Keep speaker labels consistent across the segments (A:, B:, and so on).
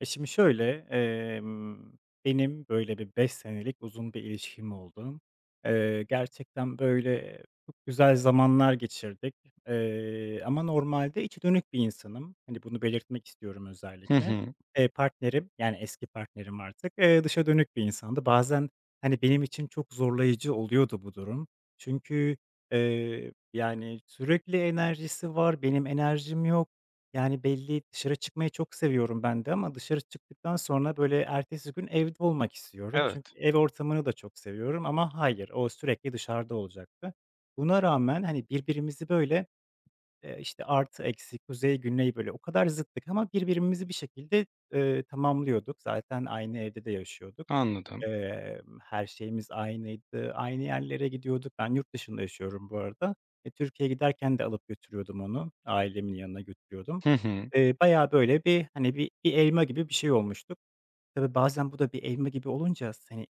A: Şimdi şöyle, benim böyle bir 5 senelik uzun bir ilişkim oldu. Gerçekten böyle çok güzel zamanlar geçirdik, ama normalde içe dönük bir insanım. Hani, bunu belirtmek istiyorum
B: Hı
A: özellikle.
B: hı.
A: Partnerim, yani eski partnerim artık, dışa dönük bir insandı. Bazen, hani, benim için çok zorlayıcı oluyordu bu durum. Çünkü, yani sürekli enerjisi var, benim enerjim yok. Yani, belli dışarı çıkmayı çok seviyorum ben de ama dışarı çıktıktan sonra, böyle, ertesi gün evde olmak istiyorum.
B: Evet,
A: Çünkü ev ortamını da çok seviyorum ama hayır, o sürekli dışarıda olacaktı. Buna rağmen, hani, birbirimizi, böyle, işte, artı eksi, kuzey güney, böyle, o kadar zıttık ama birbirimizi bir şekilde, tamamlıyorduk. Zaten aynı evde de yaşıyorduk.
B: anladım.
A: Her şeyimiz aynıydı. Aynı yerlere gidiyorduk. Ben yurt dışında yaşıyorum bu arada. Türkiye'ye giderken de alıp götürüyordum onu. Ailemin yanına götürüyordum.
B: Hı hı.
A: Bayağı böyle bir, hani, bir elma gibi bir şey olmuştuk. Tabii bazen bu da bir elma gibi olunca hani,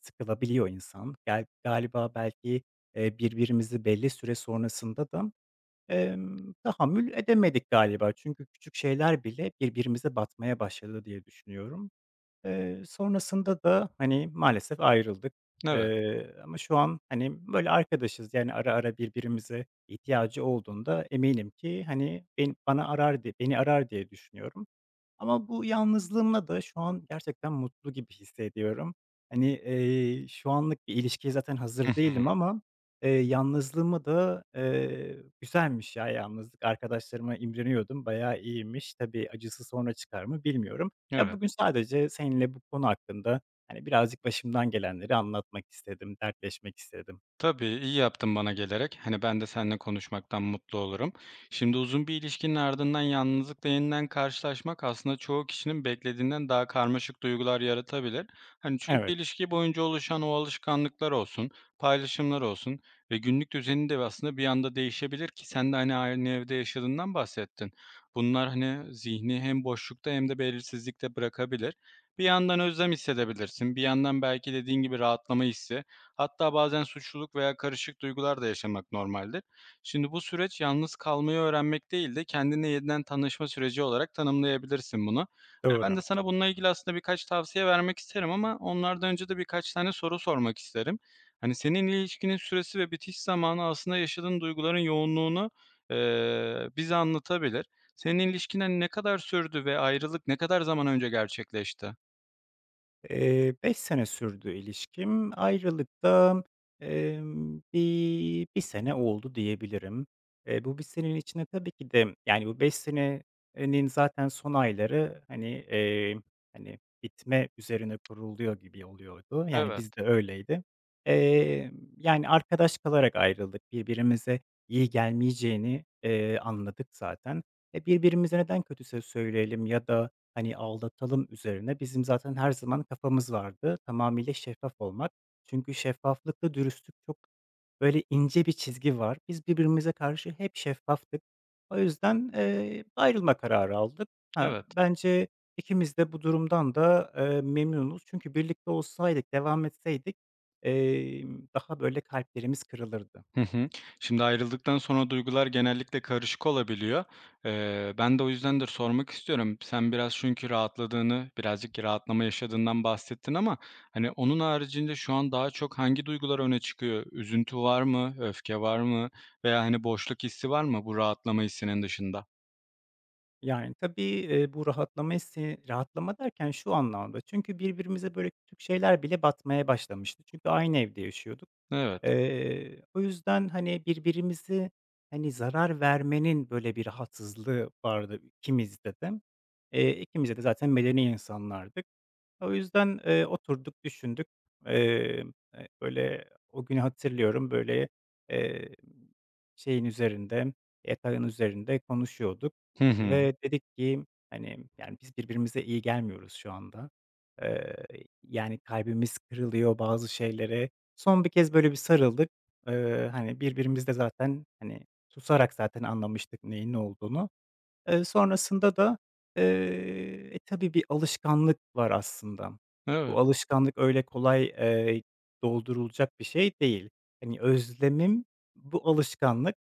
A: sıkılabiliyor insan. Galiba belki, birbirimizi belli süre sonrasında da, tahammül edemedik galiba. Çünkü küçük şeyler bile birbirimize batmaya başladı diye düşünüyorum. Sonrasında da, hani, maalesef ayrıldık.
B: Evet.
A: Ama şu an, hani, böyle arkadaşız. Yani ara ara birbirimize ihtiyacı olduğunda eminim ki, hani, beni arar diye düşünüyorum. Ama bu yalnızlığımla da şu an gerçekten mutlu gibi hissediyorum. Hani, şu anlık bir ilişkiye zaten
B: Hı
A: hazır
B: hı.
A: değilim ama, yalnızlığımı da, güzelmiş ya yalnızlık. Arkadaşlarıma imreniyordum, bayağı iyiymiş. Tabii acısı sonra çıkar mı bilmiyorum. Ya,
B: Evet.
A: bugün sadece seninle bu konu hakkında, hani, birazcık başımdan gelenleri anlatmak istedim, dertleşmek istedim.
B: Tabii, iyi yaptın bana gelerek. Hani ben de seninle konuşmaktan mutlu olurum. Şimdi uzun bir ilişkinin ardından yalnızlıkla yeniden karşılaşmak aslında çoğu kişinin beklediğinden daha karmaşık duygular yaratabilir. Hani çünkü
A: Evet,
B: ilişki boyunca oluşan o alışkanlıklar olsun, paylaşımlar olsun ve günlük düzeni de aslında bir anda değişebilir ki sen de hani aynı evde yaşadığından bahsettin. Bunlar hani zihni hem boşlukta hem de belirsizlikte bırakabilir. Bir yandan özlem hissedebilirsin, bir yandan belki dediğin gibi rahatlama hissi. Hatta bazen suçluluk veya karışık duygular da yaşamak normaldir. Şimdi bu süreç yalnız kalmayı öğrenmek değil de kendine yeniden tanışma süreci olarak tanımlayabilirsin bunu. Yani ben de
A: doğru.
B: sana bununla ilgili aslında birkaç tavsiye vermek isterim ama onlardan önce de birkaç tane soru sormak isterim. Hani senin ilişkinin süresi ve bitiş zamanı aslında yaşadığın duyguların yoğunluğunu bize anlatabilir. Senin ilişkinen ne kadar sürdü ve ayrılık ne kadar zaman önce gerçekleşti?
A: 5 sene sürdü ilişkim. Ayrılıkta, 1 sene oldu diyebilirim. Bu bir senenin içinde tabii ki de, yani, bu 5 senenin zaten son ayları, hani, eee, bitme üzerine kuruluyor gibi oluyordu. Yani,
B: Evet,
A: bizde öyleydi. Eee, yani, arkadaş kalarak ayrıldık. Birbirimize iyi gelmeyeceğini, anladık zaten. Birbirimize neden kötü söz söyleyelim ya da hani, aldatalım üzerine bizim zaten her zaman kafamız vardı. Tamamıyla şeffaf olmak. Çünkü şeffaflıkla dürüstlük çok, böyle, ince bir çizgi var. Biz birbirimize karşı hep şeffaftık. O yüzden, ayrılma kararı aldık. Ha,
B: evet.
A: bence ikimiz de bu durumdan da, memnunuz. Çünkü birlikte olsaydık, devam etseydik, daha, böyle, kalplerimiz kırılırdı.
B: Hı hı. Şimdi ayrıldıktan sonra duygular genellikle karışık olabiliyor. Ben de o yüzdendir sormak istiyorum. Sen biraz çünkü rahatladığını, birazcık rahatlama yaşadığından bahsettin ama hani onun haricinde şu an daha çok hangi duygular öne çıkıyor? Üzüntü var mı? Öfke var mı? Veya hani boşluk hissi var mı bu rahatlama hissinin dışında?
A: Yani, tabii, bu rahatlama hissi rahatlama derken şu anlamda çünkü birbirimize böyle küçük şeyler bile batmaya başlamıştı. Çünkü aynı evde yaşıyorduk.
B: Evet.
A: O yüzden, hani, birbirimizi, hani, zarar vermenin, böyle, bir rahatsızlığı vardı ikimizde de. İkimiz de zaten medeni insanlardık. O yüzden, oturduk, düşündük. Emm, böyle, o günü hatırlıyorum, böyle, eee, şeyin üzerinde, yatağın üzerinde konuşuyorduk
B: Hı hı.
A: ve dedik ki, hani, yani, biz birbirimize iyi gelmiyoruz şu anda. Eee, yani, kalbimiz kırılıyor bazı şeylere. Son bir kez böyle bir sarıldık. Hani, birbirimiz de zaten, hani, susarak zaten anlamıştık neyin ne olduğunu. Sonrasında da, tabii bir alışkanlık var aslında. Bu
B: Evet.
A: alışkanlık öyle kolay, doldurulacak bir şey değil. Hani, özlemim bu alışkanlık.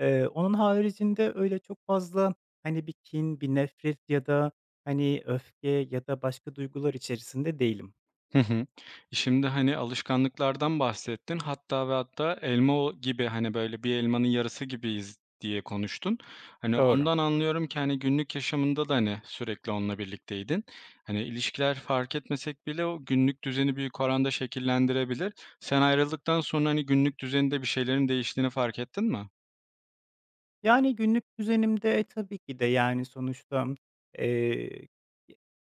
A: Onun haricinde öyle çok fazla, hani, bir kin, bir nefret ya da, hani, öfke ya da başka duygular içerisinde değilim.
B: Hı hı. Şimdi, hani, alışkanlıklardan bahsettin. Hatta ve hatta elma o gibi, hani, böyle, bir elmanın yarısı gibiyiz diye konuştun. Hani,
A: Doğru.
B: ondan anlıyorum ki, hani, günlük yaşamında da, hani, sürekli onunla birlikteydin. Hani, ilişkiler fark etmesek bile o günlük düzeni büyük oranda şekillendirebilir. Sen ayrıldıktan sonra, hani, günlük düzeninde bir şeylerin değiştiğini fark ettin mi?
A: Yani, günlük düzenimde tabii ki de, yani, sonuçta, eee,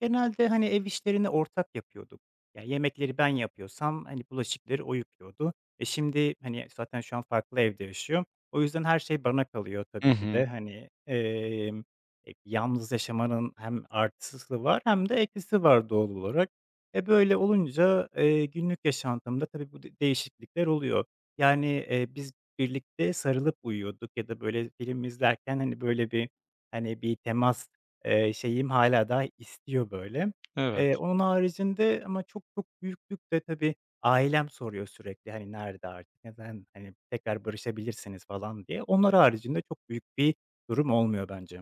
A: genelde, hani, ev işlerini ortak yapıyorduk. Yani yemekleri ben yapıyorsam, hani, bulaşıkları o yıkıyordu. Şimdi, hani, zaten şu an farklı evde yaşıyor. O yüzden her şey bana kalıyor
B: Hı
A: tabii ki
B: hı.
A: de. Hani, yalnız yaşamanın hem artısı var hem de eksisi var doğal olarak. Böyle olunca, günlük yaşantımda tabii bu de değişiklikler oluyor. Yani, biz birlikte sarılıp uyuyorduk ya da, böyle, film izlerken, hani, böyle, bir, hani, bir temas, şeyim hala daha istiyor, böyle.
B: Evet.
A: Onun haricinde ama çok çok büyüklükte tabii ailem soruyor sürekli, hani, "Nerede artık, neden, hani, tekrar barışabilirsiniz?" falan diye. Onlar haricinde çok büyük bir durum olmuyor bence.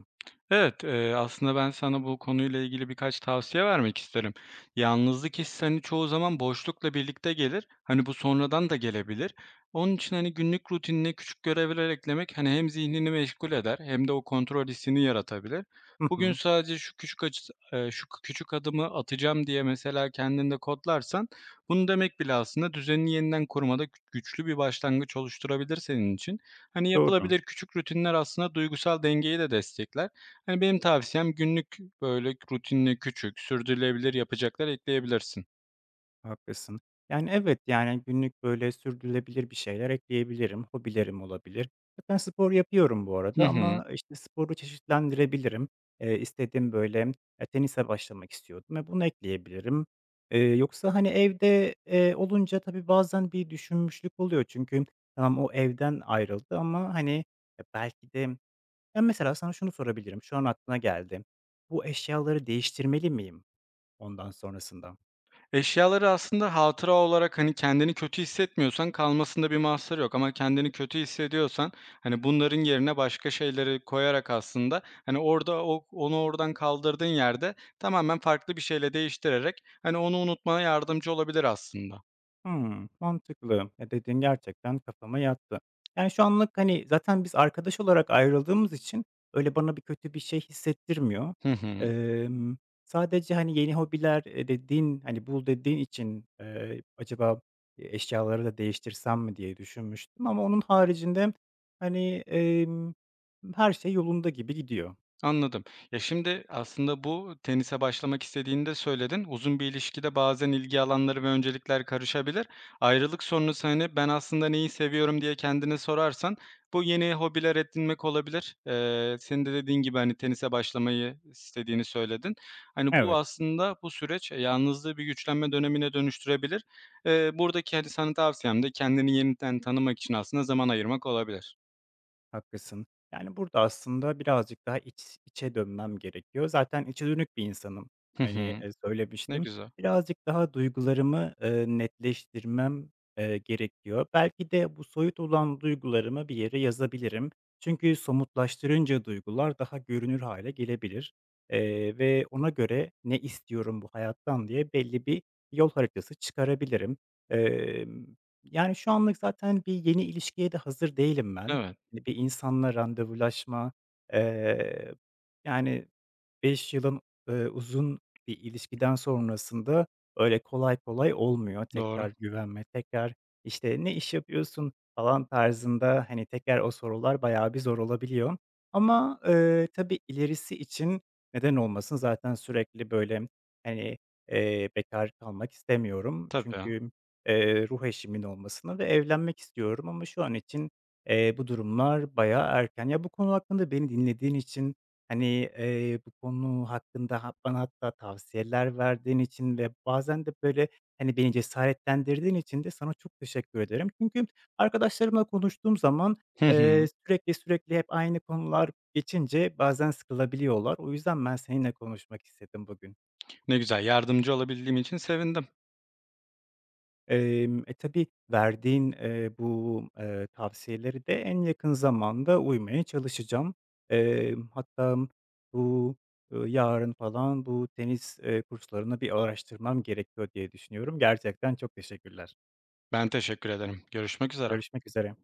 B: Evet, aslında ben sana bu konuyla ilgili birkaç tavsiye vermek isterim. Yalnızlık hissi, hani, çoğu zaman boşlukla birlikte gelir. Hani, bu sonradan da gelebilir. Onun için, hani, günlük rutinine küçük görevler eklemek, hani, hem zihnini meşgul eder hem de o kontrol hissini yaratabilir.
A: Hı
B: "Bugün
A: hı.
B: sadece şu küçük açıs şu küçük adımı atacağım." diye mesela kendinde kodlarsan bunu demek bile aslında düzenini yeniden kurmada güçlü bir başlangıç oluşturabilir senin için. Hani,
A: Doğru.
B: yapılabilir küçük rutinler aslında duygusal dengeyi de destekler. Hani, benim tavsiyem günlük, böyle, rutinine küçük, sürdürülebilir yapacaklar ekleyebilirsin.
A: Haklısın. Yani, evet, yani, günlük, böyle, sürdürülebilir bir şeyler ekleyebilirim. Hobilerim olabilir. Zaten spor yapıyorum bu
B: Hı
A: arada
B: hı.
A: ama, işte, sporu çeşitlendirebilirim. İstediğim, böyle, tenise başlamak istiyordum ve bunu ekleyebilirim. Yoksa, hani, evde, olunca tabii bazen bir düşünmüşlük oluyor. Çünkü tamam o evden ayrıldı ama, hani, belki de. Ya, mesela sana şunu sorabilirim, şu an aklına geldi. Bu eşyaları değiştirmeli miyim ondan sonrasında?
B: Eşyaları aslında hatıra olarak, hani, kendini kötü hissetmiyorsan kalmasında bir mahsur yok ama kendini kötü hissediyorsan, hani, bunların yerine başka şeyleri koyarak aslında, hani, orada onu oradan kaldırdığın yerde tamamen farklı bir şeyle değiştirerek, hani, onu unutmana yardımcı olabilir aslında.
A: Hmm, mantıklı. Ya, dediğin gerçekten kafama yattı. Yani, şu anlık, hani, zaten biz arkadaş olarak ayrıldığımız için öyle bana bir kötü bir şey hissettirmiyor.
B: Hı hı.
A: Emm, sadece, hani, yeni hobiler, dediğin, hani, bul dediğin için, acaba, eşyaları da değiştirsem mi diye düşünmüştüm ama onun haricinde, hani, her şey yolunda gibi gidiyor.
B: Anladım. Ya, şimdi aslında bu tenise başlamak istediğini de söyledin. Uzun bir ilişkide bazen ilgi alanları ve öncelikler karışabilir. Ayrılık sonrası, hani, "Ben aslında neyi seviyorum?" diye kendine sorarsan bu yeni hobiler edinmek olabilir. Senin de dediğin gibi, hani, tenise başlamayı istediğini söyledin. Hani, bu
A: Evet.
B: aslında bu süreç e, yalnızlığı bir güçlenme dönemine dönüştürebilir. Buradaki, hani, sana tavsiyem de kendini yeniden tanımak için aslında zaman ayırmak olabilir.
A: Haklısın. Yani, burada aslında birazcık daha iç içe dönmem gerekiyor. Zaten içe dönük bir insanım.
B: Hı
A: Hani,
B: hı. Ne
A: söylemiştim.
B: güzel.
A: Birazcık daha duygularımı, netleştirmem, gerekiyor. Belki de bu soyut olan duygularımı bir yere yazabilirim. Çünkü somutlaştırınca duygular daha görünür hale gelebilir, ve ona göre ne istiyorum bu hayattan diye belli bir yol haritası çıkarabilirim. Emm, yani, şu anlık zaten bir yeni ilişkiye de hazır değilim ben.
B: Evet,
A: Hani, bir insanla randevulaşma, eee, yani, 5 yılın, uzun bir ilişkiden sonrasında öyle kolay kolay olmuyor
B: doğru.
A: tekrar güvenme, tekrar, işte, "Ne iş yapıyorsun?" falan tarzında, hani, tekrar o sorular bayağı bir zor olabiliyor. Ama, tabii ilerisi için neden olmasın zaten sürekli, böyle, hani, bekâr kalmak istemiyorum.
B: Tabii.
A: Çünkü, ruh eşimin olmasını ve evlenmek istiyorum ama şu an için, bu durumlar bayağı erken. Ya, bu konu hakkında beni dinlediğin için, hani, bu konu hakkında bana hatta tavsiyeler verdiğin için ve bazen de, böyle, hani, beni cesaretlendirdiğin için de sana çok teşekkür ederim. Çünkü arkadaşlarımla konuştuğum zaman,
B: Hı hı.
A: sürekli sürekli hep aynı konular geçince bazen sıkılabiliyorlar. O yüzden ben seninle konuşmak istedim bugün.
B: Ne güzel, yardımcı olabildiğim için sevindim.
A: Tabii verdiğin, bu, tavsiyeleri de en yakın zamanda uymaya çalışacağım. Hatta bu, yarın falan bu tenis, kurslarını bir araştırmam gerekiyor diye düşünüyorum. Gerçekten çok teşekkürler.
B: Ben teşekkür ederim. Görüşmek üzere.
A: Görüşmek üzere.